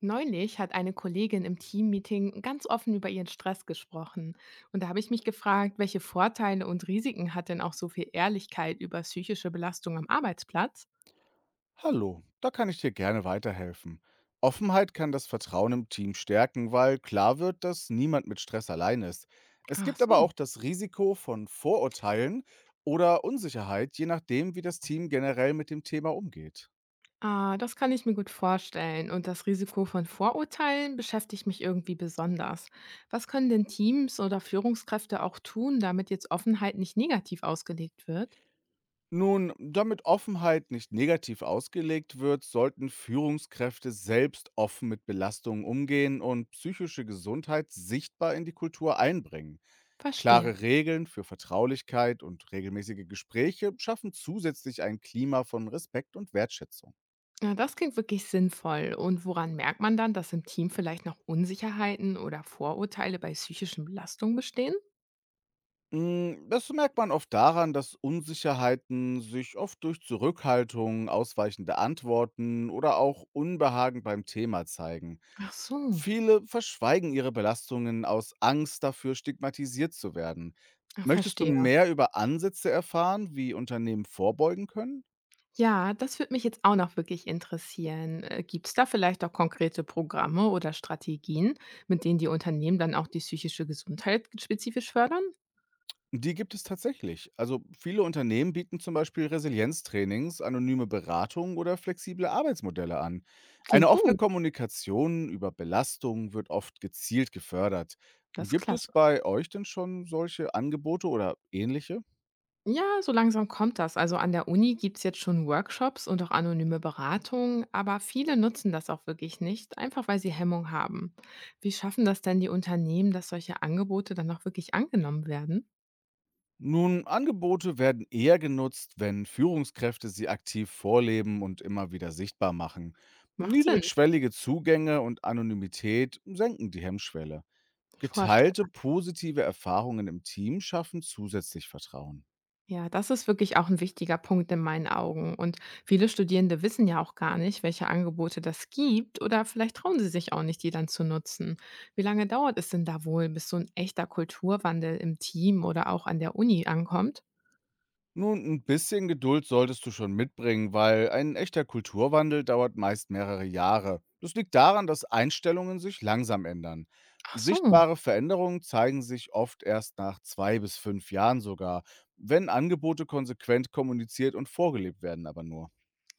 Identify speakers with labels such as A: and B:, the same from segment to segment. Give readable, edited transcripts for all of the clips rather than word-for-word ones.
A: Neulich hat eine Kollegin im Teammeeting ganz offen über ihren Stress gesprochen. Und da habe ich mich gefragt, welche Vorteile und Risiken hat denn auch so viel Ehrlichkeit über psychische Belastung am Arbeitsplatz?
B: Hallo, da kann ich dir gerne weiterhelfen. Offenheit kann das Vertrauen im Team stärken, weil klar wird, dass niemand mit Stress allein ist. Es
A: Ach
B: gibt aber
A: so.
B: auch das Risiko von Vorurteilen oder Unsicherheit, je nachdem, wie das Team generell mit dem Thema umgeht.
A: Ah, das kann ich mir gut vorstellen. Und das Risiko von Vorurteilen beschäftigt mich irgendwie besonders. Was können denn Teams oder Führungskräfte auch tun, damit jetzt Offenheit nicht negativ ausgelegt wird?
B: Nun, damit Offenheit nicht negativ ausgelegt wird, sollten Führungskräfte selbst offen mit Belastungen umgehen und psychische Gesundheit sichtbar in die Kultur einbringen.
A: Verstehe.
B: Klare Regeln für Vertraulichkeit und regelmäßige Gespräche schaffen zusätzlich ein Klima von Respekt und Wertschätzung.
A: Ja, das klingt wirklich sinnvoll. Und woran merkt man dann, dass im Team vielleicht noch Unsicherheiten oder Vorurteile bei psychischen Belastungen bestehen?
B: Das merkt man oft daran, dass Unsicherheiten sich oft durch Zurückhaltung, ausweichende Antworten oder auch Unbehagen beim Thema zeigen.
A: Ach so.
B: Viele verschweigen ihre Belastungen aus Angst dafür, stigmatisiert zu werden.
A: Ach,
B: Möchtest du
A: verstehe.
B: mehr über Ansätze erfahren, wie Unternehmen vorbeugen können?
A: Ja, das würde mich jetzt auch noch wirklich interessieren. Gibt es da vielleicht auch konkrete Programme oder Strategien, mit denen die Unternehmen dann auch die psychische Gesundheit spezifisch fördern?
B: Die gibt es tatsächlich. Also viele Unternehmen bieten zum Beispiel Resilienztrainings, anonyme Beratung oder flexible Arbeitsmodelle an. Eine
A: Klingt
B: offene
A: gut.
B: Kommunikation über Belastungen wird oft gezielt gefördert.
A: Das ist
B: Gibt es
A: klasse.
B: bei euch denn schon solche Angebote oder ähnliche?
A: Ja, so langsam kommt das. Also an der Uni gibt es jetzt schon Workshops und auch anonyme Beratungen, aber viele nutzen das auch wirklich nicht, einfach weil sie Hemmung haben. Wie schaffen das denn die Unternehmen, dass solche Angebote dann auch wirklich angenommen werden?
B: Nun, Angebote werden eher genutzt, wenn Führungskräfte sie aktiv vorleben und immer wieder sichtbar machen.
A: Macht Sinn,
B: Niedrigschwellige Zugänge und Anonymität senken die Hemmschwelle. Geteilte
A: vorstellbar.
B: positive Erfahrungen im Team schaffen zusätzlich Vertrauen.
A: Ja, das ist wirklich auch ein wichtiger Punkt in meinen Augen. Und viele Studierende wissen ja auch gar nicht, welche Angebote das gibt oder vielleicht trauen sie sich auch nicht, die dann zu nutzen. Wie lange dauert es denn da wohl, bis so ein echter Kulturwandel im Team oder auch an der Uni ankommt?
B: Nun, ein bisschen Geduld solltest du schon mitbringen, weil ein echter Kulturwandel dauert meist mehrere Jahre. Das liegt daran, dass Einstellungen sich langsam ändern.
A: Ach so.
B: Sichtbare Veränderungen zeigen sich oft erst nach 2 bis 5 Jahren sogar, wenn Angebote konsequent kommuniziert und vorgelebt werden, aber nur.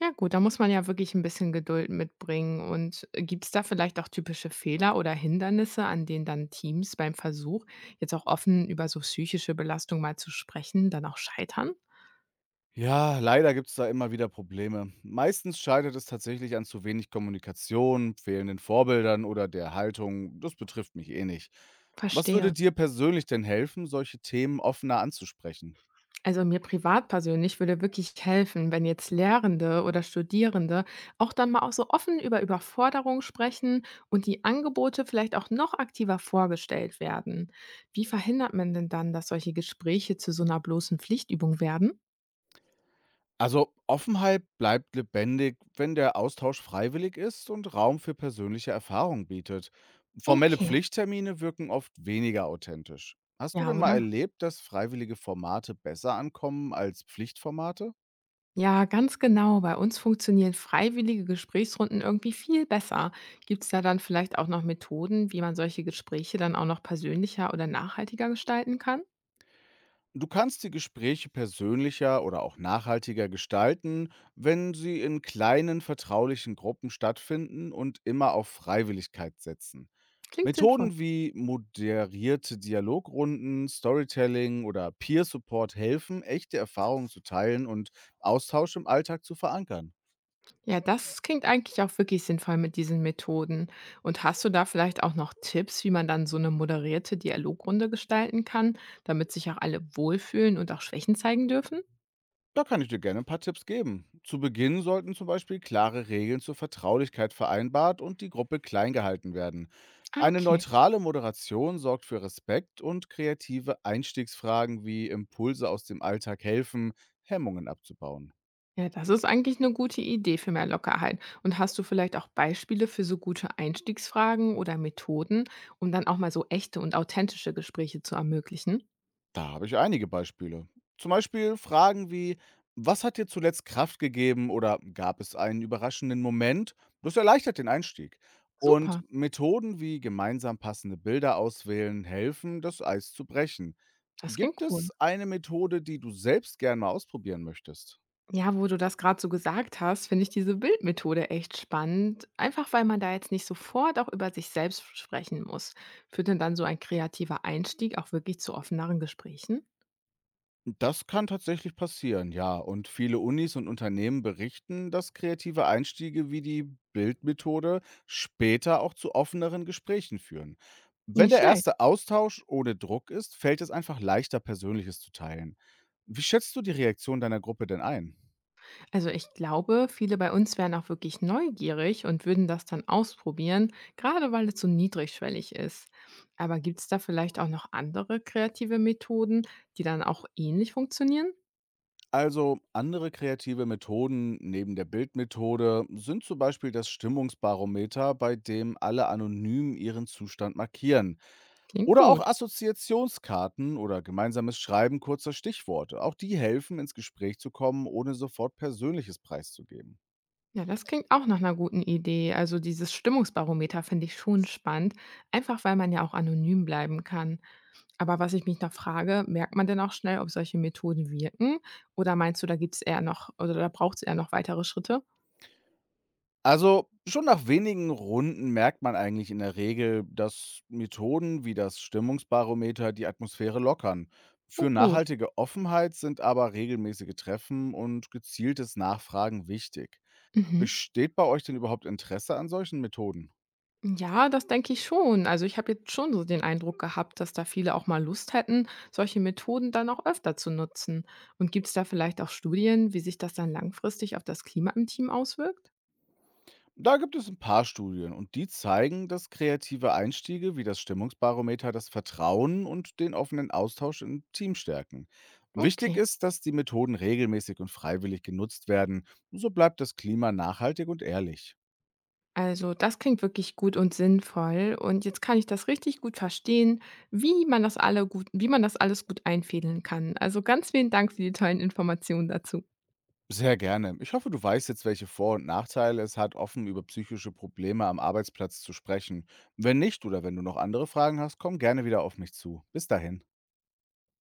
A: Ja gut, da muss man ja wirklich ein bisschen Geduld mitbringen und gibt es da vielleicht auch typische Fehler oder Hindernisse, an denen dann Teams beim Versuch, jetzt auch offen über so psychische Belastung mal zu sprechen, dann auch scheitern?
B: Ja, leider gibt es da immer wieder Probleme. Meistens scheitert es tatsächlich an zu wenig Kommunikation, fehlenden Vorbildern oder der Haltung, das betrifft mich eh nicht. Was würde
A: Verstehe.
B: dir persönlich denn helfen, solche Themen offener anzusprechen?
A: Also, mir privat persönlich würde wirklich helfen, wenn jetzt Lehrende oder Studierende auch dann mal auch so offen über Überforderung sprechen und die Angebote vielleicht auch noch aktiver vorgestellt werden. Wie verhindert man denn dann, dass solche Gespräche zu so einer bloßen Pflichtübung werden?
B: Also Offenheit bleibt lebendig, wenn der Austausch freiwillig ist und Raum für persönliche Erfahrungen bietet. Formelle
A: Okay,
B: Pflichttermine wirken oft weniger authentisch. Hast du
A: ja,
B: denn mal
A: oder?
B: erlebt, dass freiwillige Formate besser ankommen als Pflichtformate?
A: Ja, ganz genau. Bei uns funktionieren freiwillige Gesprächsrunden irgendwie viel besser. Gibt es da dann vielleicht auch noch Methoden, wie man solche Gespräche dann auch noch persönlicher oder nachhaltiger gestalten kann?
B: Du kannst die Gespräche persönlicher oder auch nachhaltiger gestalten, wenn sie in kleinen vertraulichen Gruppen stattfinden und immer auf Freiwilligkeit setzen.
A: Klingt sinnvoll.
B: Methoden wie moderierte Dialogrunden, Storytelling oder Peer Support helfen, echte Erfahrungen zu teilen und Austausch im Alltag zu verankern.
A: Ja, das klingt eigentlich auch wirklich sinnvoll mit diesen Methoden. Und hast du da vielleicht auch noch Tipps, wie man dann so eine moderierte Dialogrunde gestalten kann, damit sich auch alle wohlfühlen und auch Schwächen zeigen dürfen?
B: Da kann ich dir gerne ein paar Tipps geben. Zu Beginn sollten zum Beispiel klare Regeln zur Vertraulichkeit vereinbart und die Gruppe klein gehalten werden.
A: Ah,
B: Eine
A: okay.
B: neutrale Moderation sorgt für Respekt, und kreative Einstiegsfragen wie Impulse aus dem Alltag helfen, Hemmungen abzubauen.
A: Ja, das ist eigentlich eine gute Idee für mehr Lockerheit. Und hast du vielleicht auch Beispiele für so gute Einstiegsfragen oder Methoden, um dann auch mal so echte und authentische Gespräche zu ermöglichen?
B: Da habe ich einige Beispiele. Zum Beispiel Fragen wie: Was hat dir zuletzt Kraft gegeben oder gab es einen überraschenden Moment? Das erleichtert den Einstieg. Und
A: Super,
B: Methoden wie gemeinsam passende Bilder auswählen helfen, das Eis zu brechen.
A: das klingt
B: Gibt
A: cool.
B: es eine Methode, die du selbst gern mal ausprobieren möchtest?
A: Ja, wo du das gerade so gesagt hast, finde ich diese Bildmethode echt spannend, einfach weil man da jetzt nicht sofort auch über sich selbst sprechen muss. Führt denn dann so ein kreativer Einstieg auch wirklich zu offeneren Gesprächen?
B: Das kann tatsächlich passieren, ja. Und viele Unis und Unternehmen berichten, dass kreative Einstiege wie die Bildmethode später auch zu offeneren Gesprächen führen. Wenn
A: Nicht
B: der
A: schlecht.
B: erste Austausch ohne Druck ist, fällt es einfach leichter, Persönliches zu teilen. Wie schätzt du die Reaktion deiner Gruppe denn ein?
A: Also ich glaube, viele bei uns wären auch wirklich neugierig und würden das dann ausprobieren, gerade weil es so niedrigschwellig ist. Aber gibt es da vielleicht auch noch andere kreative Methoden, die dann auch ähnlich funktionieren?
B: Also, andere kreative Methoden neben der Bildmethode sind zum Beispiel das Stimmungsbarometer, bei dem alle anonym ihren Zustand markieren.
A: Klingt
B: Oder auch
A: gut.
B: Assoziationskarten oder gemeinsames Schreiben kurzer Stichworte. Auch die helfen, ins Gespräch zu kommen, ohne sofort Persönliches preiszugeben.
A: Ja, das klingt auch nach einer guten Idee. Also dieses Stimmungsbarometer finde ich schon spannend, einfach weil man ja auch anonym bleiben kann. Aber was ich mich noch frage, merkt man denn auch schnell, ob solche Methoden wirken? Oder meinst du, da gibt es eher noch, oder da braucht es eher noch weitere Schritte?
B: Also schon nach wenigen Runden merkt man eigentlich in der Regel, dass Methoden wie das Stimmungsbarometer die Atmosphäre lockern.
A: Oh
B: Für
A: gut.
B: nachhaltige Offenheit sind aber regelmäßige Treffen und gezieltes Nachfragen wichtig.
A: Mhm.
B: Besteht bei euch denn überhaupt Interesse an solchen Methoden?
A: Ja, das denke ich schon. Also ich habe jetzt schon so den Eindruck gehabt, dass da viele auch mal Lust hätten, solche Methoden dann auch öfter zu nutzen. Und gibt es da vielleicht auch Studien, wie sich das dann langfristig auf das Klima im Team auswirkt?
B: Da gibt es ein paar Studien und die zeigen, dass kreative Einstiege wie das Stimmungsbarometer das Vertrauen und den offenen Austausch im Team stärken. Wichtig
A: Okay.
B: ist, dass die Methoden regelmäßig und freiwillig genutzt werden. So bleibt das Klima nachhaltig und ehrlich.
A: Also das klingt wirklich gut und sinnvoll. Und jetzt kann ich das richtig gut verstehen, wie man das alles gut einfädeln kann. Also ganz vielen Dank für die tollen Informationen dazu.
B: Sehr gerne. Ich hoffe, du weißt jetzt, welche Vor- und Nachteile es hat, offen über psychische Probleme am Arbeitsplatz zu sprechen. Wenn nicht oder wenn du noch andere Fragen hast, komm gerne wieder auf mich zu. Bis dahin.